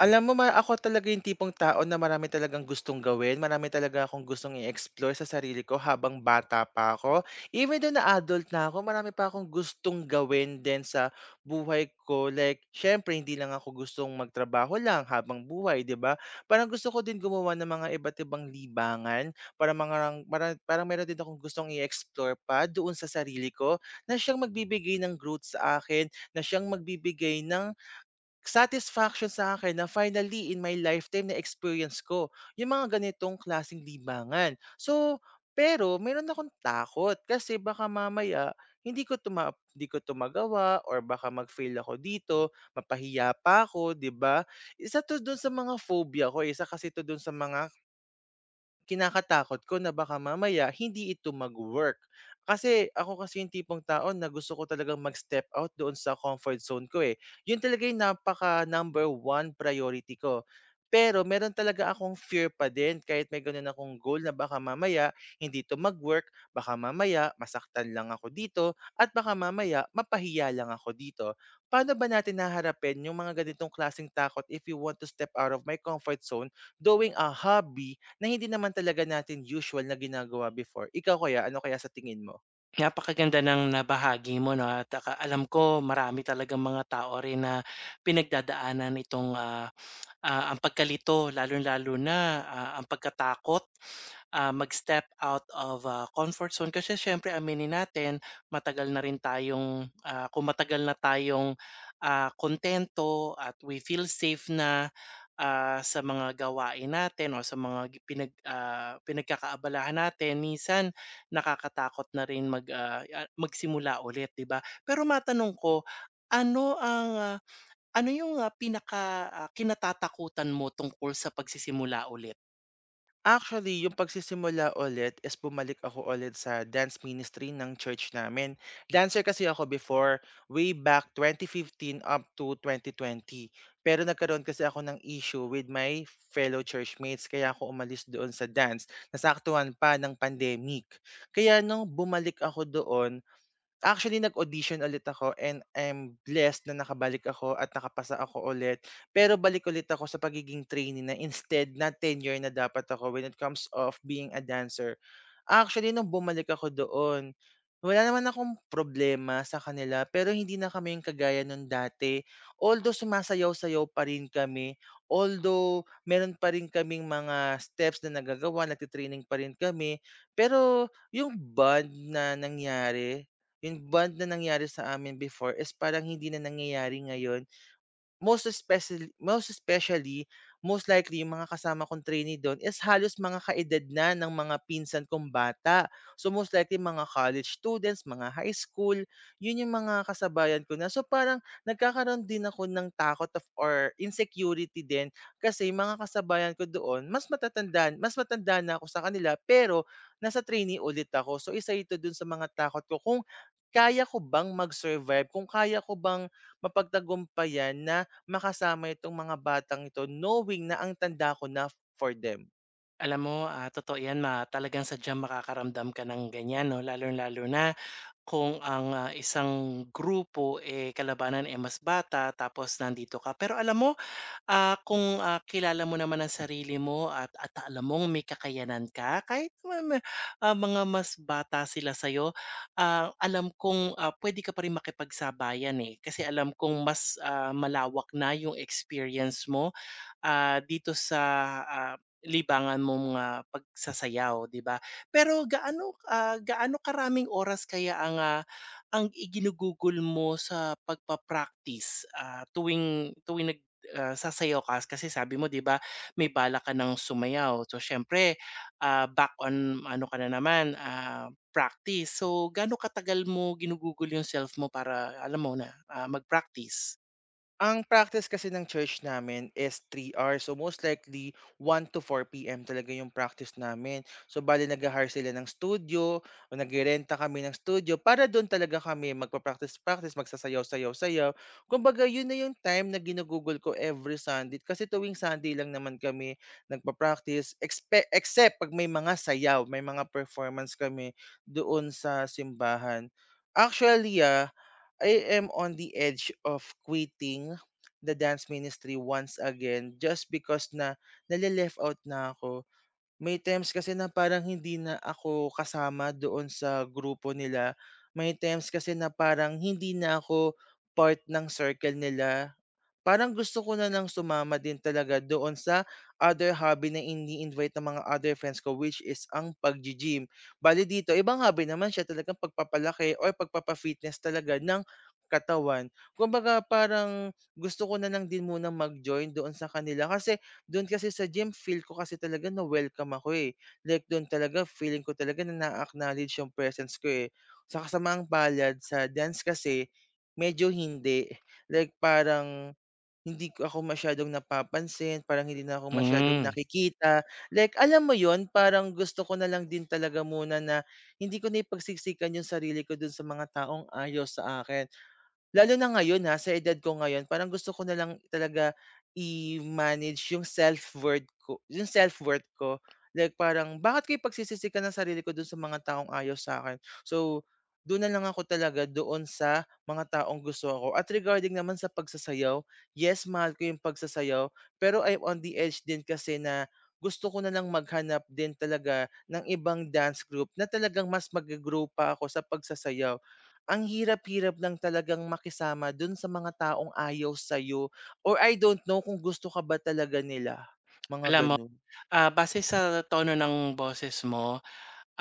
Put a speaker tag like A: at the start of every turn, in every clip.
A: Alam mo, ma, ako talaga yung tipong tao na marami talagang gustong gawin, marami talaga akong gustong i-explore sa sarili ko habang bata pa ako. Even though na adult na ako, marami pa akong gustong gawin din sa buhay ko. Like, syempre hindi lang ako gustong magtrabaho lang habang buhay, 'di ba? Parang gusto ko din gumawa ng mga iba't ibang libangan parang meron din akong gustong i-explore pa doon sa sarili ko na siyang magbibigay ng growth sa akin, na siyang magbibigay ng satisfaction sa akin na finally in my lifetime na-experience ko yung mga ganitong klaseng libangan. So, pero meron akong takot kasi baka mamaya hindi ko 'to magawa, or baka mag-fail ako dito, mapahiya pa ako, 'di ba? Isa 'to dun sa mga phobia ko, eh, isa kasi 'to dun sa mga kinakatakot ko na baka mamaya hindi ito mag-work. Kasi ako kasi yung tipong tao na gusto ko talagang mag-step out doon sa comfort zone ko, eh. Yun talaga yung napaka number one priority ko. Pero meron talaga akong fear pa din kahit may ganun akong goal na baka mamaya hindi to mag-work, baka mamaya masaktan lang ako dito, at baka mamaya mapahiya lang ako dito. Paano ba natin naharapin yung mga ganitong klaseng takot if you want to step out of my comfort zone doing a hobby na hindi naman talaga natin usual na ginagawa before? Ikaw kaya, ano kaya sa tingin mo?
B: Napakaganda ng nabahagi mo 'no at aka alam ko marami talagang mga tao rin na pinagdadaanan itong, ang pagkalito lalo lalo na, ang pagkatakot, mag-step out of, comfort zone. Kasi siyempre aminin natin matagal na rin tayong, ah, kung matagal na tayong, kuntento at we feel safe na, sa mga gawain natin o sa mga pinagkakaabalahan natin minsan nakakatakot na rin magsimula ulit, 'di ba? Pero matanong ko, ano ang, ah, ano yung, ah, pinaka, ah, kinatatakutan mo tungkol sa pagsisimula ulit?
A: Actually, yung pagsisimula ulit is bumalik ako ulit sa dance ministry ng church namin. Dancer kasi ako before, way back 2015 up to 2020. Pero nagkaroon kasi ako ng issue with my fellow churchmates, kaya ako umalis doon sa dance. Nasaktuhan pa ng pandemic. Kaya nung bumalik ako doon, actually, nag-audition ulit ako and I'm blessed na nakabalik ako at nakapasa ako ulit. Pero balik ulit ako sa pagiging trainee na instead na tenure na dapat ako when it comes of being a dancer. Actually nung bumalik ako doon, wala naman akong problema sa kanila pero hindi na kami yung kagaya nung dati. Although sumasayaw-sayaw pa rin kami, although meron pa rin kaming mga steps na nagagawa, nagti-training pa rin kami, pero yung bond na nangyari, yung bond na nangyari sa amin before is parang hindi na nangyayari ngayon. Most especially most especially, most likely yung mga kasama kong trainee dun is halos mga kaedad na ng mga pinsan kong bata. So, most likely mga college students, mga high school, yun yung mga kasabayan ko na. So, parang nagkakaroon din ako ng takot of or insecurity din kasi yung mga kasabayan ko doon mas matanda na ako sa kanila pero nasa trainee ulit ako. So, isa ito dun sa mga takot ko kung kaya ko bang mag-survive, kung kaya ko bang mapagtagumpayan na makasama itong mga batang ito knowing na ang tanda ko na for them.
B: Alam mo, totoo 'yan talagang sadyang makakaramdam ka ng ganyan 'no, lalong-lalo na kung ang, isang grupo, eh, kalabanan, eh, mas bata tapos nandito ka. Pero alam mo kung, kilala mo naman ang sarili mo at alam mong may kakayanan ka kahit ma ma ah, mga mas bata sila sa'yo, alam kong, puwede ka pa rin makipagsabayan, eh. Kasi alam kong mas, malawak na yung experience mo dito sa, ah, libangan mong, pagsasayaw, 'di ba? Pero gaano karaming oras kaya ang iginugugol mo sa pagpa-practice, tuwing tuwing nag ah, sasayaw ka kasi sabi mo 'di ba may balak ka ng sumayaw. So siyempre, back on ano ka na naman, practice. So gaano katagal mo ginugugol yung self mo para alam mo na, mag-practice?
A: Ang practice kasi ng church namin is 3 hours. So, most likely one to 4 PM talaga yung practice namin. So, bale nag-ha-hire sila ng studio o nagrerenta kami ng studio para doon talaga kami magpa-practice-practice, magsasayaw-sayaw-sayaw. Kumbaga, yun na yung time na ginugugol ko every Sunday kasi tuwing Sunday lang naman kami nagpa-practice expe except 'pag may mga sayaw, may mga performance kami doon sa simbahan. Actually, I am on the edge of quitting the dance ministry once again just because na nale-left out na ako. May times kasi na parang hindi na ako kasama doon sa grupo nila. May times kasi na parang hindi na ako part ng circle nila. Parang gusto ko na nang sumama din talaga doon sa other hobby na ini-invite ng mga other friends ko, which is ang pag gym. Bale dito ibang hobby naman siya talagang pagpapalaki or pagpapa-fitness talaga ng katawan. Kumbaga parang gusto ko na lang din munang mag-join doon sa kanila kasi doon kasi sa gym feel ko kasi talaga na welcome ako, eh. Like doon talaga feeling ko talaga na naa-acknowledge yung presence ko, eh. Sa kasamaang palad sa dance kasi medyo hindi. Like parang hindi ko ako masyadong napapansin, parang hindi na ako masyadong
B: Hmm,
A: nakikita. Like alam mo yon, parang gusto ko na lang din talaga muna na hindi ko napagsiksikan yung sarili ko dun sa mga taong ayaw sa akin. Lalo na ngayon, ha, sa edad ko ngayon parang gusto ko na lang talaga i-manage yung self-worth ko, yung self-worth ko. Like parang bakit ko ipagsisisikan ng sarili ko dun sa mga taong ayaw sa akin? So, dun na lang ako talaga doon sa mga taong gusto ako. At regarding naman sa pagsasayaw, yes, mahal ko yung pagsasayaw, pero I'm on the edge din kasi na gusto ko na lang maghanap din talaga ng ibang dance group na talagang mas mag-go-grow pa ako sa pagsasayaw. Ang hirap-hirap lang talagang makisama dun sa mga taong ayaw sa'yo, or I don't know kung gusto ka ba talaga nila, mga
B: alam mo
A: ganun.
B: Base sa tono ng boses mo,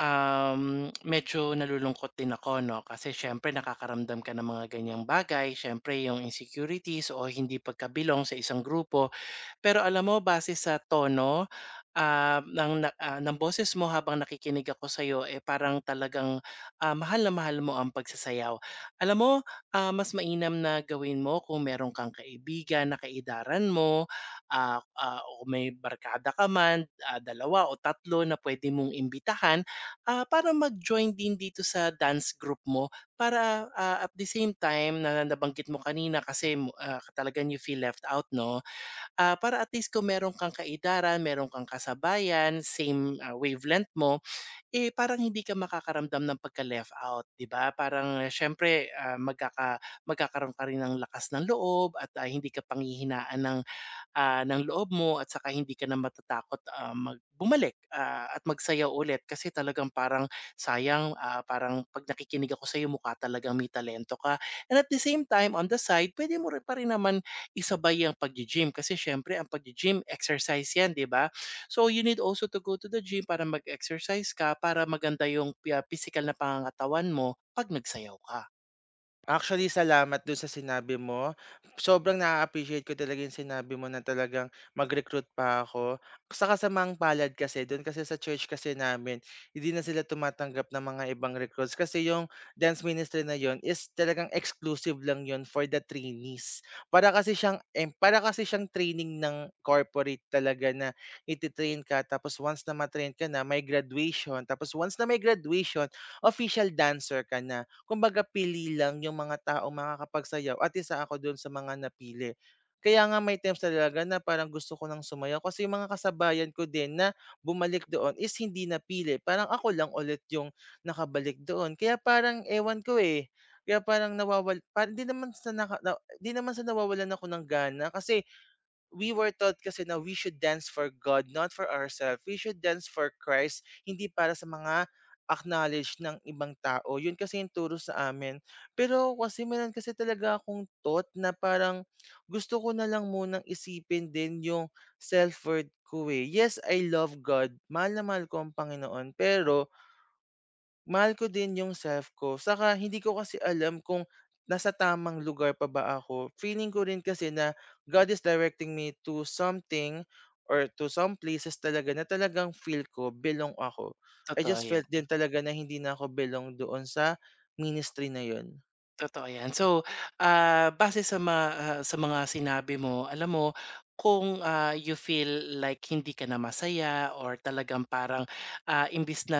B: Medyo nalulungkot din ako 'no, kasi siyempre nakakaramdam ka ng mga ganiyang bagay. Siyempre yung insecurities o hindi pagkabilong sa isang grupo. Pero alam mo base sa tono, ng boses mo habang nakikinig ako sa'yo, eh, parang talagang, mahal na mahal mo ang pagsasayaw. Alam mo, mas mainam na gawin mo kung meron kang kaibigan na kaidaran mo, o may barkada ka man, 2 o tatlo na puwede mong imbitahan para mag-join din dito sa dance group mo para, at the same time na nabanggit mo kanina kasi, talagang you feel left out 'no, para at least kung meron kang kaidaran meron kang kasabayan, same, wavelength mo, eh, parang hindi ka makakaramdam ng pagka-left out, 'di ba? Parang siyempre, magkakaroon ka rin ng lakas ng loob at, hindi ka panghihinaan ng ng loob mo at saka hindi ka na matatakot, ah, mag bumalik, at magsayaw ulit kasi talagang parang sayang, parang 'pag nakikinig ako sa iyo mukha talagang may talento ka. And at the same time, on the side, pwede mo rin pa rin naman isabay ang paggi-gym kasi siyempre ang paggi-gym exercise 'yan, 'di ba? So, you need also to go to the gym para mag-exercise ka, para maganda yung pisikal na pangangatawan mo 'pag nagsayaw ka.
A: Actually, salamat do'n sa sinabi mo. Sobrang na appreciate ko talaga yung sinabi mo na talagang mag-recruit pa ako. Sa kasamaang palad kasi do'n kasi sa church kasi namin, hindi na sila tumatanggap ng mga ibang recruits kasi yung dance ministry na yon is talagang exclusive lang yon for the trainees. Para kasi siyang training ng corporate talaga na ititrain ka tapos once na matrain ka na, may graduation. Tapos once na may graduation, official dancer ka na. Kumbaga pili lang yung mga taong makakapagsayaw at isa ako dun sa mga napili. Kaya nga may times talaga na parang gusto ko ng sumayaw kasi yung mga kasabayan ko din na bumalik doon is hindi napili. Parang ako lang ulit yung nakabalik doon. Kaya parang ewan ko, eh. Kaya parang parang di naman sa nawawalan ako ng gana kasi we were taught kasi na we should dance for God, not for ourselves. We should dance for Christ, hindi para sa mga acknowledge ng ibang tao. Yun kasi yung turo sa amin. Pero kasi meron kasi talaga akong thought na parang gusto ko na lang munang isipin din yung self-worth ko, eh. Yes, I love God. Mahal na mahal ko ang Panginoon. Pero mahal ko din yung self ko, saka hindi ko kasi alam kung nasa tamang lugar pa ba ako. Feeling ko rin kasi na God is directing me to something or to some places talaga na talagang feel ko belong ako. I
B: Totoo
A: just felt
B: 'yan.
A: din talaga na hindi na ako belong doon sa ministry na yun.
B: Totoo 'yan. So, base sa mga sinabi mo, alam mo kung, you feel like hindi ka na masaya or talagang parang, imbes na,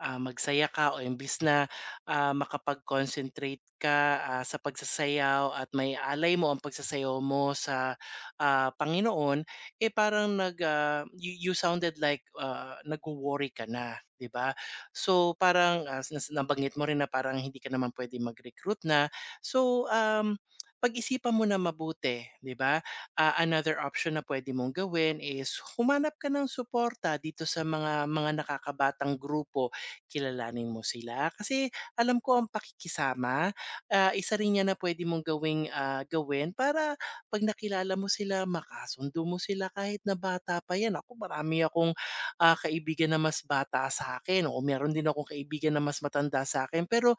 B: magsaya ka o imbis na, makapag-concentrate ka, sa pagsasayaw at may alay mo ang pagsasayaw mo sa, Panginoon, eh, parang you sounded like, nagwo-worry ka na, 'di ba? So, parang, ah, nas nabanggit mo rin na parang hindi ka naman pwede mag-recruit na. So, pag-isipan mo na mabuti, 'di ba? Another option na pwede mong gawin is humanap ka ng suporta dito sa mga nakakabatang grupo. Kilalanin mo sila kasi alam ko ang pakikisama, isa rin 'yan na pwede mong gawin para 'pag nakilala mo sila, makasundo mo sila kahit na bata pa 'yan. Naku, marami akong kaibigan na mas bata sa akin, o meron din akong kaibigan na mas matanda sa akin. Pero,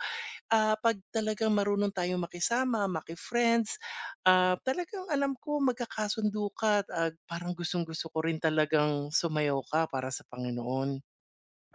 B: 'pag talagang marunong tayong makisama, maki-friends, talagang alam ko magkakasundo ka at, parang gustong-gusto ko rin talagang sumayaw ka para sa Panginoon.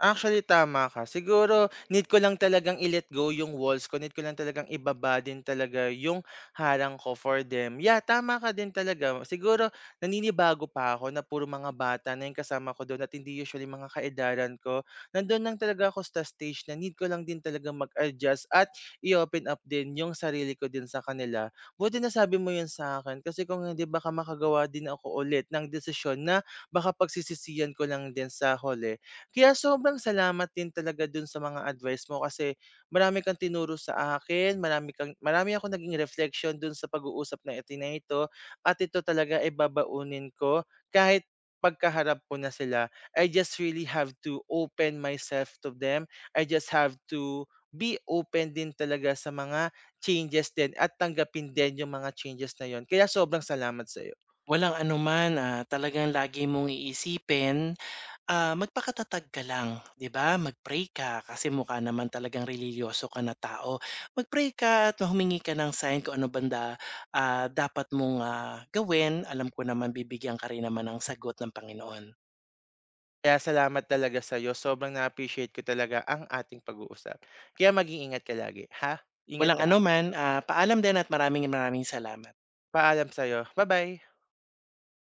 A: Actually, tama ka. Siguro need ko lang talagang i-let go yung walls ko, need ko lang talagang ibaba din talaga yung harang ko for them. Yeah, tama ka din talaga. Siguro naninibago pa ako na puro mga bata na yung kasama ko doon at hindi usually mga kaedaran ko. Nandun lang talaga ako sa stage na need ko lang din talaga mag-adjust at i-open up din yung sarili ko din sa kanila. Buti na sabi mo yun sa akin kasi kung hindi baka makagawa din ako ulit ng desisyon na baka pagsisisihan ko lang din sa huli, kaya sobrang salamat din talaga dun sa mga advice mo kasi marami kang tinuro sa akin, marami akong naging reflection dun sa pag-uusap na ito, at ito talaga ay babaunin ko kahit pagkaharap ko na sila. I just really have to open myself to them. I just have to be open din talaga sa mga changes din at tanggapin din yung mga changes na yon.
B: Walang anuman, talagang lagi mong iisipin. Magpakatatag ka lang, 'di ba? Mag-pray ka kasi mukha naman talagang relihiyoso ka na tao. Mag-pray ka at humingi ka ng sign kung ano banda dapat mong gawin. Alam ko naman bibigyan ka rin naman ng sagot ng Panginoon.
A: Kaya salamat talaga sa'yo, sobrang na-appreciate ko talaga ang ating pag-uusap. Kaya mag ingat ka lagi, ha, ingat
B: Walang
A: ka.
B: anuman, paalam din at maraming maraming salamat.
A: Paalam sa'yo, bye bye.